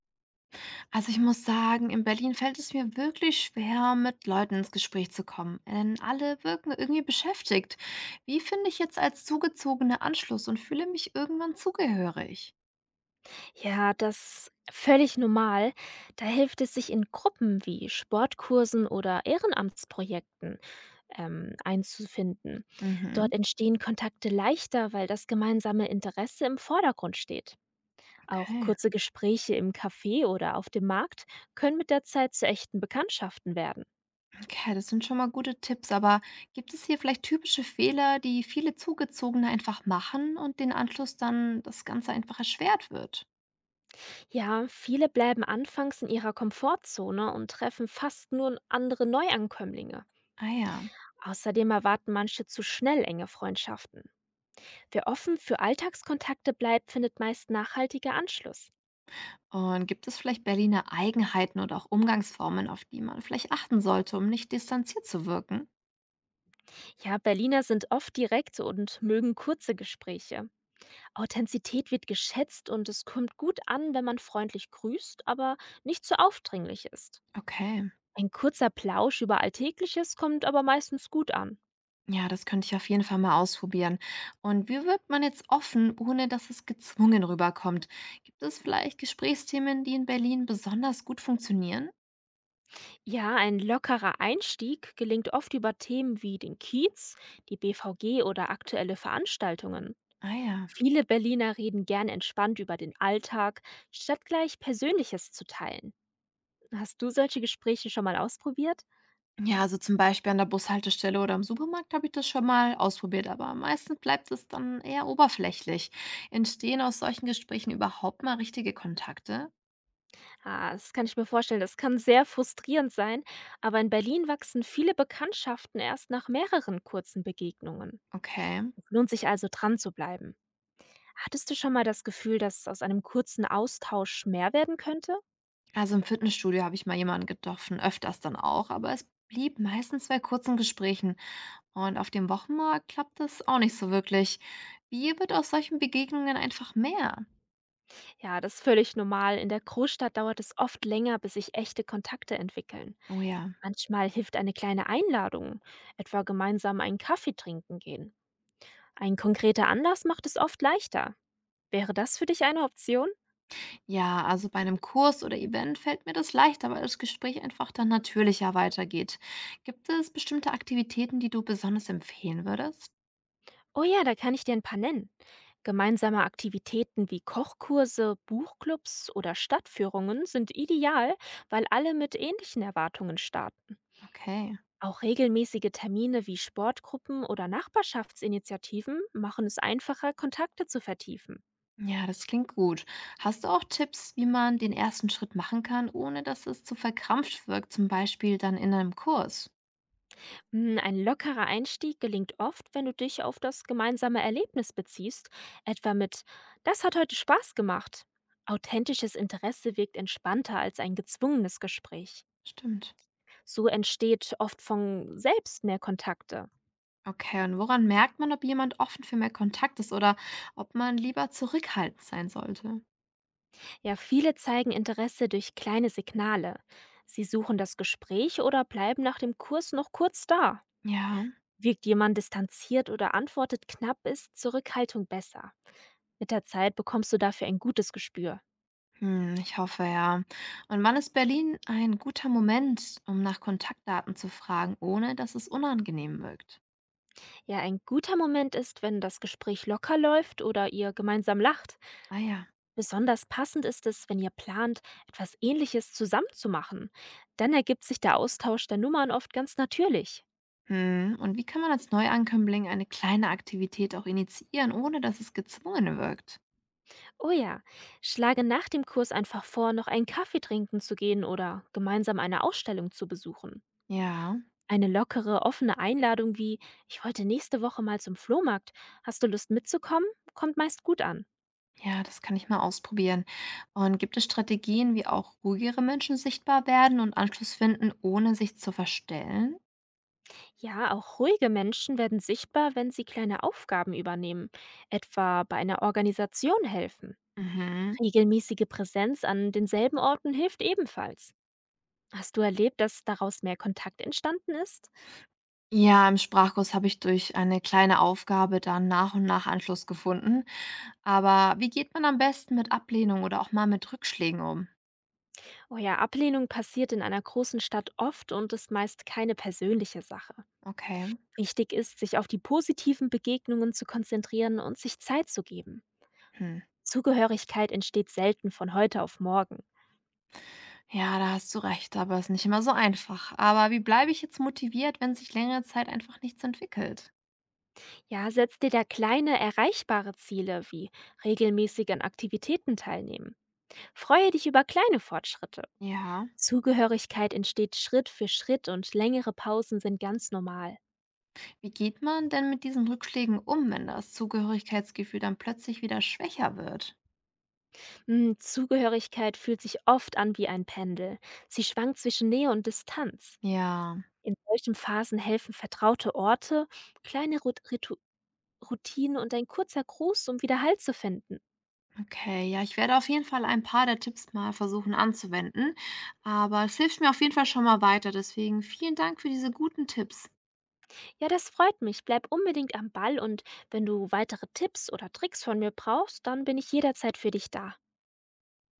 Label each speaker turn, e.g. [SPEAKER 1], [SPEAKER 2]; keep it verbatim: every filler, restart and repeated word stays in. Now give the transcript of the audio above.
[SPEAKER 1] Also ich muss sagen, in Berlin fällt es mir wirklich schwer, mit Leuten ins Gespräch zu kommen, denn alle wirken irgendwie beschäftigt. Wie finde ich jetzt als Zugezogene Anschluss und fühle mich irgendwann zugehörig?
[SPEAKER 2] Ja, das ist völlig normal. Da hilft es, sich in Gruppen wie Sportkursen oder Ehrenamtsprojekten ähm, einzufinden.
[SPEAKER 1] Mhm,
[SPEAKER 2] Dort entstehen Kontakte leichter, weil das gemeinsame Interesse im Vordergrund steht. Auch
[SPEAKER 1] okay.
[SPEAKER 2] kurze Gespräche im Café oder auf dem Markt können mit der Zeit zu echten Bekanntschaften werden.
[SPEAKER 1] Okay, das sind schon mal gute Tipps, aber gibt es hier vielleicht typische Fehler, die viele Zugezogene einfach machen und den Anschluss dann das Ganze einfach erschwert wird?
[SPEAKER 2] Ja, viele bleiben anfangs in ihrer Komfortzone und treffen fast nur andere Neuankömmlinge.
[SPEAKER 1] Ah ja.
[SPEAKER 2] Außerdem erwarten manche zu schnell enge Freundschaften. Wer offen für Alltagskontakte bleibt, findet meist nachhaltiger Anschluss.
[SPEAKER 1] Und gibt es vielleicht Berliner Eigenheiten oder auch Umgangsformen, auf die man vielleicht achten sollte, um nicht distanziert zu wirken?
[SPEAKER 2] Ja, Berliner sind oft direkt und mögen kurze Gespräche. Authentizität wird geschätzt und es kommt gut an, wenn man freundlich grüßt, aber nicht zu aufdringlich ist.
[SPEAKER 1] Okay,
[SPEAKER 2] Ein kurzer Plausch über Alltägliches kommt aber meistens gut an.
[SPEAKER 1] ja, das könnte ich auf jeden Fall mal ausprobieren. Und wie wirkt man jetzt offen, ohne dass es gezwungen rüberkommt? Gibt es vielleicht Gesprächsthemen, die in Berlin besonders gut funktionieren?
[SPEAKER 2] Ja, ein lockerer Einstieg gelingt oft über Themen wie den Kiez, die B V G oder aktuelle Veranstaltungen.
[SPEAKER 1] Ah ja.
[SPEAKER 2] Viele Berliner reden gern entspannt über den Alltag, statt gleich Persönliches zu teilen. Hast du solche Gespräche schon mal ausprobiert?
[SPEAKER 1] Ja, also zum Beispiel an der Bushaltestelle oder im Supermarkt habe ich das schon mal ausprobiert, aber meistens bleibt es dann eher oberflächlich. Entstehen aus solchen Gesprächen überhaupt mal richtige Kontakte?
[SPEAKER 2] Ah, das kann ich mir vorstellen. Das kann sehr frustrierend sein, aber in Berlin wachsen viele Bekanntschaften erst nach mehreren kurzen Begegnungen.
[SPEAKER 1] Okay.
[SPEAKER 2] Es lohnt sich also dran zu bleiben. Hattest du schon mal das Gefühl, dass aus einem kurzen Austausch mehr werden könnte?
[SPEAKER 1] Also im Fitnessstudio habe ich mal jemanden getroffen, öfters dann auch, aber es blieb meistens bei kurzen Gesprächen. Und auf dem Wochenmarkt klappt das auch nicht so wirklich. Wie wird aus solchen Begegnungen einfach mehr?
[SPEAKER 2] Ja, das ist völlig normal. In der Großstadt dauert es oft länger, bis sich echte Kontakte entwickeln.
[SPEAKER 1] Oh ja.
[SPEAKER 2] Manchmal hilft eine kleine Einladung, etwa gemeinsam einen Kaffee trinken gehen. Ein konkreter Anlass macht es oft leichter. Wäre das für dich eine Option?
[SPEAKER 1] Ja, also bei einem Kurs oder Event fällt mir das leichter, weil das Gespräch einfach dann natürlicher weitergeht. Gibt es bestimmte Aktivitäten, die du besonders empfehlen würdest?
[SPEAKER 2] Oh ja, da kann ich dir ein paar nennen. Gemeinsame Aktivitäten wie Kochkurse, Buchclubs oder Stadtführungen sind ideal, weil alle mit ähnlichen Erwartungen starten.
[SPEAKER 1] Okay.
[SPEAKER 2] Auch regelmäßige Termine wie Sportgruppen oder Nachbarschaftsinitiativen machen es einfacher, Kontakte zu vertiefen.
[SPEAKER 1] Ja, das klingt gut. Hast du auch Tipps, wie man den ersten Schritt machen kann, ohne dass es zu verkrampft wirkt, zum Beispiel dann in einem Kurs?
[SPEAKER 2] Hm, ein lockerer Einstieg gelingt oft, wenn du dich auf das gemeinsame Erlebnis beziehst, etwa mit: Das hat heute Spaß gemacht. Authentisches Interesse wirkt entspannter als ein gezwungenes Gespräch.
[SPEAKER 1] Stimmt.
[SPEAKER 2] So entsteht oft von selbst mehr Kontakte.
[SPEAKER 1] Okay, und woran merkt man, ob jemand offen für mehr Kontakt ist oder ob man lieber zurückhaltend sein sollte?
[SPEAKER 2] Ja, viele zeigen Interesse durch kleine Signale. Sie suchen das Gespräch oder bleiben nach dem Kurs noch kurz da.
[SPEAKER 1] Ja,
[SPEAKER 2] Wirkt jemand distanziert oder antwortet knapp, ist Zurückhaltung besser. Mit der Zeit bekommst du dafür ein gutes Gespür.
[SPEAKER 1] hm, ich hoffe ja. Und wann ist Berlin ein guter Moment, um nach Kontaktdaten zu fragen, ohne dass es unangenehm wirkt?
[SPEAKER 2] Ja, ein guter Moment ist, wenn das Gespräch locker läuft oder ihr gemeinsam lacht.
[SPEAKER 1] Ah ja.
[SPEAKER 2] Besonders passend ist es, wenn ihr plant, etwas Ähnliches zusammenzumachen. Dann ergibt sich der Austausch der Nummern oft ganz natürlich.
[SPEAKER 1] Hm. Und wie kann man als Neuankömmling eine kleine Aktivität auch initiieren, ohne dass es gezwungen wirkt?
[SPEAKER 2] Oh ja, schlage nach dem Kurs einfach vor, noch einen Kaffee trinken zu gehen oder gemeinsam eine Ausstellung zu besuchen.
[SPEAKER 1] Ja,
[SPEAKER 2] Eine lockere, offene Einladung wie: Ich wollte nächste Woche mal zum Flohmarkt, hast du Lust mitzukommen, kommt meist gut an.
[SPEAKER 1] ja, das kann ich mal ausprobieren. Und gibt es Strategien, wie auch ruhigere Menschen sichtbar werden und Anschluss finden, ohne sich zu verstellen?
[SPEAKER 2] Ja, auch ruhige Menschen werden sichtbar, wenn sie kleine Aufgaben übernehmen, etwa bei einer Organisation helfen.
[SPEAKER 1] Mhm.
[SPEAKER 2] Regelmäßige Präsenz an denselben Orten hilft ebenfalls. Hast du erlebt, dass daraus mehr Kontakt entstanden ist?
[SPEAKER 1] Ja, im Sprachkurs habe ich durch eine kleine Aufgabe dann nach und nach Anschluss gefunden. Aber wie geht man am besten mit Ablehnung oder auch mal mit Rückschlägen um?
[SPEAKER 2] Oh ja, Ablehnung passiert in einer großen Stadt oft und ist meist keine persönliche Sache.
[SPEAKER 1] Okay.
[SPEAKER 2] Wichtig ist, sich auf die positiven Begegnungen zu konzentrieren und sich Zeit zu geben.
[SPEAKER 1] Hm.
[SPEAKER 2] Zugehörigkeit entsteht selten von heute auf morgen.
[SPEAKER 1] Ja, da hast du recht, aber ist nicht immer so einfach. Aber wie bleibe ich jetzt motiviert, wenn sich längere Zeit einfach nichts entwickelt?
[SPEAKER 2] Ja, setz dir da kleine, erreichbare Ziele wie regelmäßig an Aktivitäten teilnehmen. Freue dich über kleine Fortschritte.
[SPEAKER 1] Ja.
[SPEAKER 2] Zugehörigkeit entsteht Schritt für Schritt und längere Pausen sind ganz normal.
[SPEAKER 1] Wie geht man denn mit diesen Rückschlägen um, wenn das Zugehörigkeitsgefühl dann plötzlich wieder schwächer wird?
[SPEAKER 2] Hm, Zugehörigkeit fühlt sich oft an wie ein Pendel. Sie schwankt zwischen Nähe und Distanz.
[SPEAKER 1] Ja.
[SPEAKER 2] In solchen Phasen helfen vertraute Orte, kleine Rut Ritu Routinen und ein kurzer Gruß, um wieder Halt zu finden.
[SPEAKER 1] Okay, ja, ich werde auf jeden Fall ein paar der Tipps mal versuchen anzuwenden, aber es hilft mir auf jeden Fall schon mal weiter. Deswegen vielen Dank für diese guten Tipps.
[SPEAKER 2] Ja, das freut mich. Bleib unbedingt am Ball und wenn du weitere Tipps oder Tricks von mir brauchst, dann bin ich jederzeit für dich da.